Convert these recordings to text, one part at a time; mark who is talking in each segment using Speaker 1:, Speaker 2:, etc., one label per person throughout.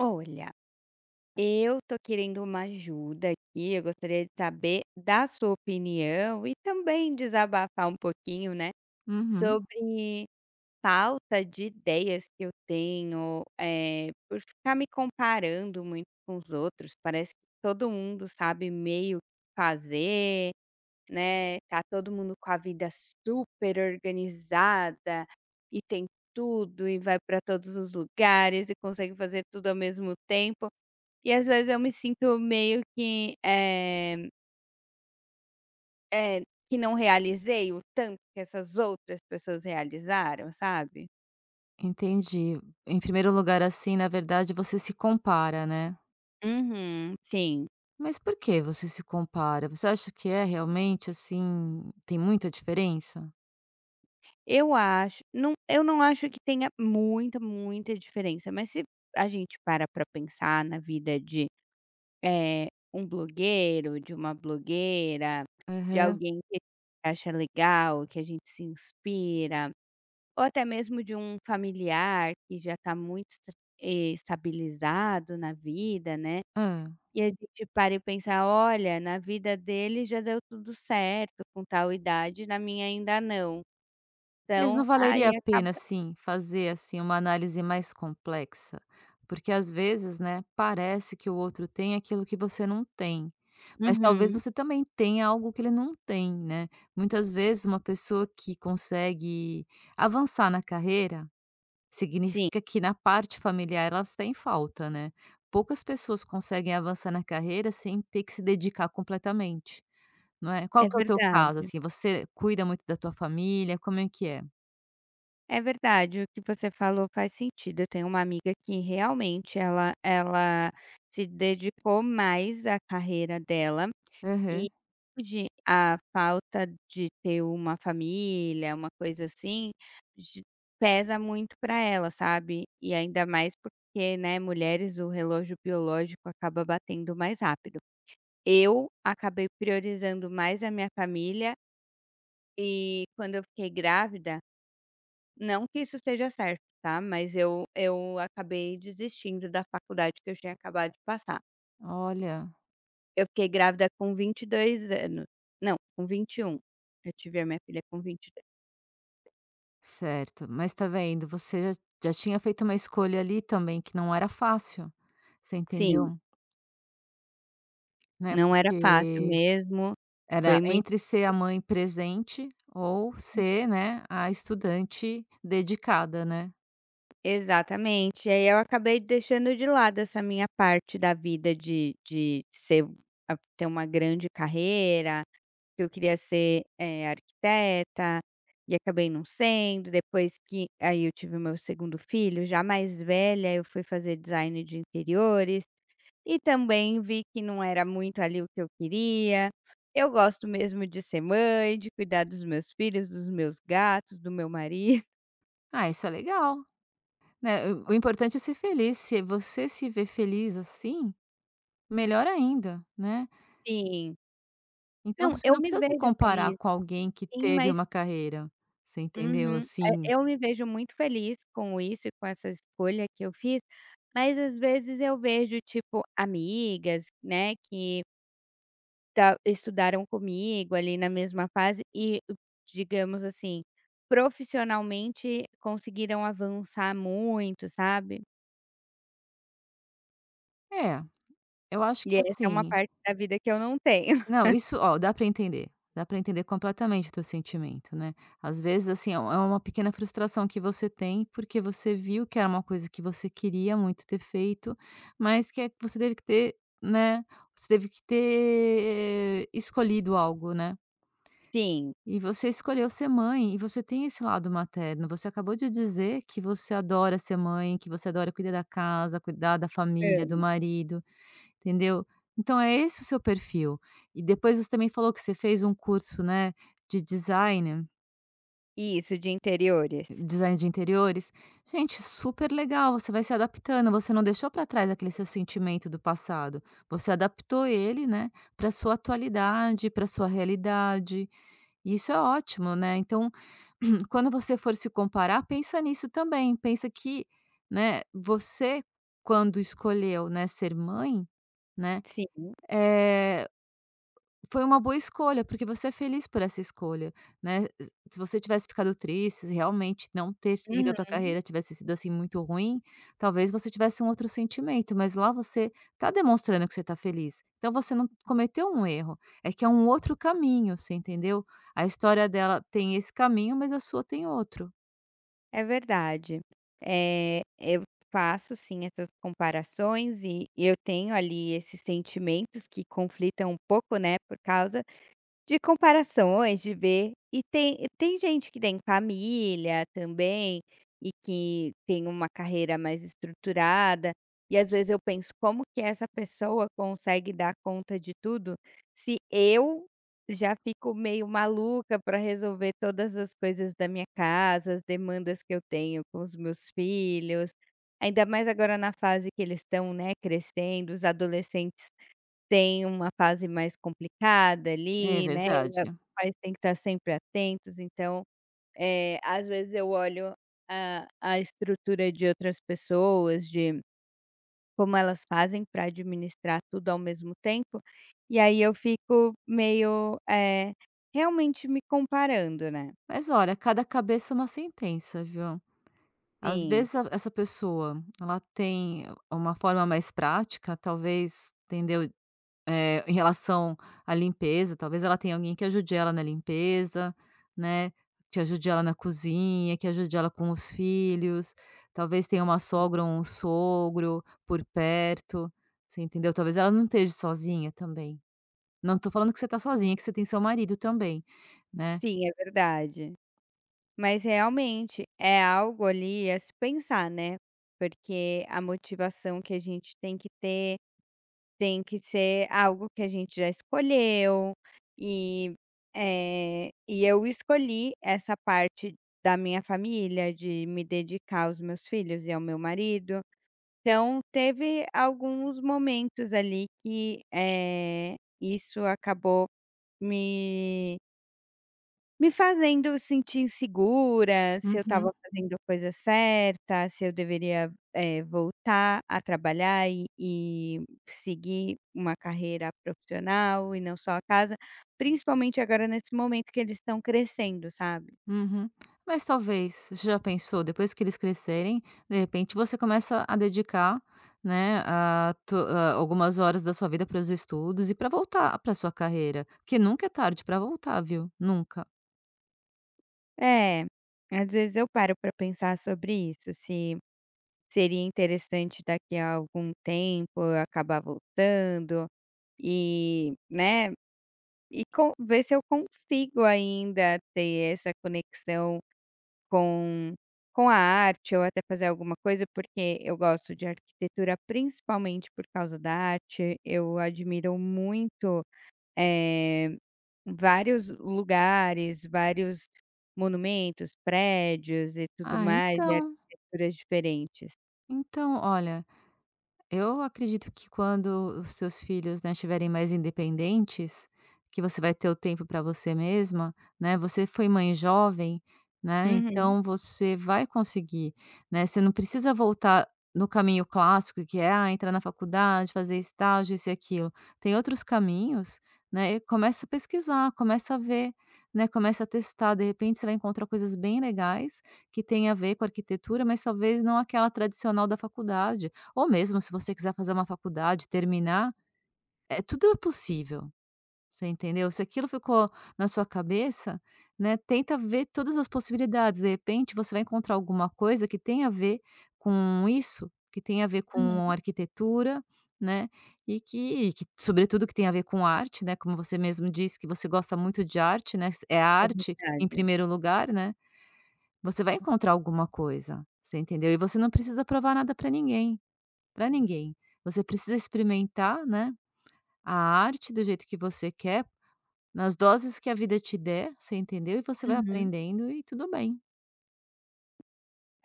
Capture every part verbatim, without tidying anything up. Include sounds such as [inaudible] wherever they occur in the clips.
Speaker 1: Olha, eu tô querendo uma ajuda aqui. Eu gostaria de saber da sua opinião e também desabafar um pouquinho, né,
Speaker 2: Uhum,
Speaker 1: sobre falta de ideias que eu tenho, eh, por ficar me comparando muito com os outros. Parece que todo mundo sabe meio o que fazer, né, tá todo mundo com a vida super organizada e tem tudo e vai para todos os lugares e consegue fazer tudo ao mesmo tempo. E às vezes eu me sinto meio que, eh eh, que não realizei o tanto que essas outras pessoas realizaram, sabe?
Speaker 2: entendi. Em primeiro lugar, assim, na verdade, você se compara, né.
Speaker 1: Uhum, sim.
Speaker 2: Mas por que você se compara? Você acha que é realmente, assim, tem muita diferença?
Speaker 1: Eu acho não, eu não acho que tenha muita, muita diferença, mas se a gente para pra pensar na vida de, eh, um blogueiro, de uma blogueira, de
Speaker 2: Aham.
Speaker 1: alguém que acha legal, que a gente se inspira. Ou até mesmo de um familiar que já está muito esta eh, estabilizado na vida, né,
Speaker 2: Ah.
Speaker 1: e a gente para e pensa: "Olha, na vida dele já deu tudo certo com tal idade, na minha ainda não".
Speaker 2: Mas
Speaker 1: Então,
Speaker 2: não valeria
Speaker 1: aí
Speaker 2: a
Speaker 1: acaba.
Speaker 2: pena, assim, fazer, assim, uma análise mais complexa? Porque às vezes, né, parece que o outro tem aquilo que você não tem, mas talvez
Speaker 1: Uhum.
Speaker 2: você também tenha algo que ele não tem, né. Muitas vezes uma pessoa que consegue avançar na carreira
Speaker 1: Sim,
Speaker 2: significa que na parte familiar elas têm falta, né. Poucas pessoas conseguem avançar na carreira sem ter que se dedicar completamente, não é. Qual
Speaker 1: é
Speaker 2: que é o teu caso,
Speaker 1: verdade.
Speaker 2: assim, você cuida muito da tua família, como é que é?
Speaker 1: É verdade, o que você falou faz sentido. Eu tenho uma amiga que realmente ela ela se dedicou mais à carreira dela. E
Speaker 2: Aham.
Speaker 1: hoje a falta de ter uma família, uma coisa assim, ge pesa muito para ela, sabe. E ainda mais porque, né, mulheres o relógio biológico acaba batendo mais rápido. Eu acabei priorizando mais a minha família e quando eu fiquei grávida, não que isso seja certo, tá, mas eu eu acabei desistindo da faculdade que eu tinha acabado de passar.
Speaker 2: Olha,
Speaker 1: Eu fiquei grávida com vinte e dois anos. Não, com vinte e um. Eu tive a minha filha com vinte e dois.
Speaker 2: certo. Mas tá vendo, você já já tinha feito uma escolha ali também que não era fácil, você
Speaker 1: Sim,
Speaker 2: entendeu? Né,
Speaker 1: não era fácil
Speaker 2: porque
Speaker 1: mesmo,
Speaker 2: era
Speaker 1: foi muito,
Speaker 2: entre ser a mãe presente ou ser, né, a estudante dedicada, né.
Speaker 1: exatamente. E aí eu acabei deixando de lado essa minha parte da vida de de ser a ter uma grande carreira, que eu queria ser, eh, arquiteta, e acabei não sendo, depois que aí eu tive o meu segundo filho, já mais velha, eu fui fazer design de interiores, e também vi que não era muito ali o que eu queria. Eu gosto mesmo de ser mãe, de cuidar dos meus filhos, dos meus gatos, do meu marido.
Speaker 2: Ah, isso é legal. Né, o o importante é ser feliz, se você se vê feliz assim, melhor ainda, né.
Speaker 1: Sim.
Speaker 2: Então
Speaker 1: Não,
Speaker 2: você
Speaker 1: eu
Speaker 2: não
Speaker 1: me
Speaker 2: precisa se
Speaker 1: vejo
Speaker 2: comparar
Speaker 1: feliz,
Speaker 2: com alguém que
Speaker 1: sim,
Speaker 2: teve
Speaker 1: mas...
Speaker 2: uma carreira, você entendeu,
Speaker 1: Uhum. Eh,
Speaker 2: assim
Speaker 1: eu me vejo muito feliz com isso e com essa escolha que eu fiz, mas às vezes eu vejo, tipo, amigas, né, que ta estudaram comigo ali na mesma fase e, digamos assim, profissionalmente conseguiram avançar muito, sabe.
Speaker 2: é, eu acho
Speaker 1: E
Speaker 2: que
Speaker 1: essa é uma
Speaker 2: assim
Speaker 1: parte da vida que eu não tenho. [laughs]
Speaker 2: não, isso ó, dá pra entender, dá pra entender completamente o teu sentimento, né. Às vezes, assim, é um é uma pequena frustração que você tem, porque você viu que era uma coisa que você queria muito ter feito, mas que é você teve que ter, né, você teve que ter eh, escolhido algo, né.
Speaker 1: Sim,
Speaker 2: E você escolheu ser mãe, e você tem esse lado materno. Você acabou de dizer que você adora ser mãe, que você adora cuidar da casa, cuidar da família, do
Speaker 1: amo.
Speaker 2: marido, entendeu? Então é esse o seu perfil. E depois você também falou que você fez um curso, né, de design,
Speaker 1: Isso, de interiores.
Speaker 2: design de interiores. Gente, super legal, você vai se adaptando, você não deixou para trás aquele seu sentimento do passado. Você adaptou ele, né, para sua atualidade, para sua realidade. E isso é ótimo, né? Então, [clears throat] quando você for se comparar, pensa nisso também, pensa que, né, você quando escolheu, né, ser mãe, né,
Speaker 1: Sim.
Speaker 2: eh, foi uma boa escolha, porque você é feliz por essa escolha, né. Se você tivesse ficado triste, se realmente não ter seguido a tua
Speaker 1: Uhum.
Speaker 2: carreira tivesse sido, assim, muito ruim, talvez você tivesse um outro sentimento, mas lá você tá demonstrando que você tá feliz, então você não cometeu um erro, é que é um outro caminho, você entendeu? A história dela tem esse caminho, mas a sua tem outro.
Speaker 1: É verdade. Eh, eu faço sim essas comparações e eu tenho ali esses sentimentos que conflitam um pouco, né, por causa de comparações, de ver. E tem tem gente que tem família também, e que tem uma carreira mais estruturada, e às vezes eu penso: "Como que essa pessoa consegue dar conta de tudo, se eu já fico meio maluca para resolver todas as coisas da minha casa, as demandas que eu tenho com os meus filhos", ainda mais agora na fase que eles estão, né, crescendo. Os adolescentes tem uma fase mais complicada
Speaker 2: É
Speaker 1: ali, né,
Speaker 2: verdade.
Speaker 1: e a os pais têm que estar sempre atentos, então, eh, às vezes eu olho a a estrutura de outras pessoas, de como elas fazem para administrar tudo ao mesmo tempo, e aí eu fico meio, eh, realmente me comparando, né.
Speaker 2: Mas olha, cada cabeça é uma sentença, viu. Às
Speaker 1: Sim,
Speaker 2: vezes a essa pessoa, ela tem uma forma mais prática, talvez, entendeu, eh, em relação à limpeza, talvez ela tenha alguém que ajude ela na limpeza, né, que ajude ela na cozinha, que ajude ela com os filhos, talvez tenha uma sogra ou um sogro por perto, você entendeu? Talvez ela não esteja sozinha também. Não tô falando que você tá sozinha, que você tem seu marido também, né.
Speaker 1: sim, é verdade. Mas realmente é algo ali a se pensar, né, porque a motivação que a gente tem que ter tem que ser algo que a gente já escolheu e, eh, e eu escolhi essa parte da minha família, de me dedicar aos meus filhos e ao meu marido. Então, teve alguns momentos ali que, eh, isso acabou me me fazendo sentir insegura, se eu estava
Speaker 2: Uhum.
Speaker 1: fazendo a coisa certa, se eu deveria, eh, voltar a trabalhar e e seguir uma carreira profissional e não só a casa, principalmente agora nesse momento que eles estão crescendo, sabe.
Speaker 2: Uhum. Mas talvez, você já pensou, depois que eles crescerem, de repente você começa a dedicar, né, a tu a algumas horas da sua vida para os estudos e para voltar para sua carreira, que nunca é tarde para voltar, viu? Nunca.
Speaker 1: É, às vezes eu paro para pensar sobre isso, se seria interessante daqui a algum tempo eu acabar voltando e, né... E com ver se eu consigo ainda ter essa conexão com com a arte ou até fazer alguma coisa, porque eu gosto de arquitetura principalmente por causa da arte. Eu admiro muito, eh, vários lugares, vários monumentos, prédios e tudo
Speaker 2: Ah,
Speaker 1: mais, e
Speaker 2: então,
Speaker 1: arquiteturas diferentes.
Speaker 2: então, olha, eu acredito que quando os seus filhos, né, estiverem mais independentes, que você vai ter o tempo para você mesma, né, você foi mãe jovem, né,
Speaker 1: Uhum.
Speaker 2: então você vai conseguir, né, você não precisa voltar no caminho clássico que é: "Ah, entrar na faculdade, fazer estágio, isso e aquilo". Tem outros caminhos, né, e começa a pesquisar, começa a ver, né, começa a testar, de repente você vai encontrar coisas bem legais que têm a ver com arquitetura, mas talvez não aquela tradicional da faculdade. Ou mesmo se você quiser fazer uma faculdade, terminar, é tudo é possível, você entendeu? Se aquilo ficou na sua cabeça, né, tenta ver todas as possibilidades, de repente você vai encontrar alguma coisa que tenha a ver com isso, que tenha a ver com
Speaker 1: Uhum.
Speaker 2: arquitetura, né, e que que sobretudo que tem a ver com arte, né, como você mesmo disse que você gosta muito de arte, né, é a
Speaker 1: É
Speaker 2: arte em
Speaker 1: verdade.
Speaker 2: primeiro lugar, né, você vai encontrar alguma coisa, você entendeu? E você não precisa provar nada para ninguém, para ninguém. Você precisa experimentar, né, a arte do jeito que você quer, nas doses que a vida te der, você entendeu? E você vai
Speaker 1: Uhum.
Speaker 2: aprendendo e tudo bem.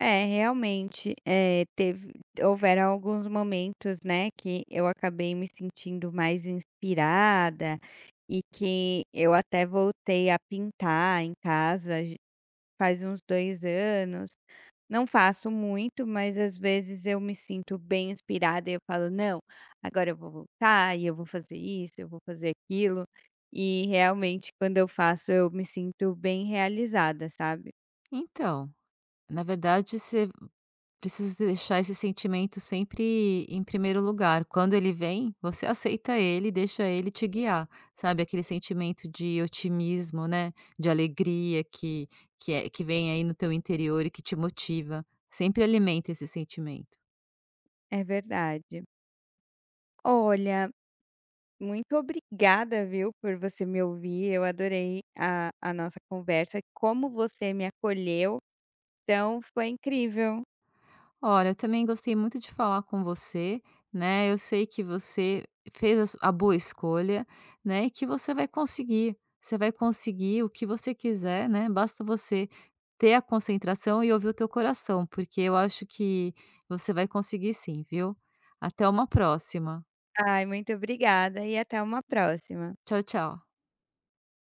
Speaker 1: É, realmente, eh, teve houveram alguns momentos, né, que eu acabei me sentindo mais inspirada e que eu até voltei a pintar em casa j faz uns dois anos. Não faço muito, mas às vezes eu me sinto bem inspirada e eu falo: "Não, agora eu vou voltar e eu vou fazer isso, eu vou fazer aquilo". E realmente quando eu faço eu me sinto bem realizada, sabe?
Speaker 2: Então, na verdade, você precisa deixar esse sentimento sempre em primeiro lugar. Quando ele vem, você aceita ele e deixa ele te guiar, sabe? Aquele sentimento de otimismo, né? De alegria que, que, é, que vem aí no teu interior e que te motiva. Sempre alimenta esse sentimento.
Speaker 1: É verdade. Olha, muito obrigada, viu, por você me ouvir. Eu adorei a a nossa conversa, como você me acolheu, então foi incrível.
Speaker 2: Olha, eu também gostei muito de falar com você, né? Eu sei que você fez a su- a boa escolha, né? E que você vai conseguir. Você vai conseguir o que você quiser, né? Basta você ter a concentração e ouvir o teu coração, porque eu acho que você vai conseguir sim, viu? Até uma próxima.
Speaker 1: Ai, muito obrigada e até uma próxima.
Speaker 2: Tchau, tchau.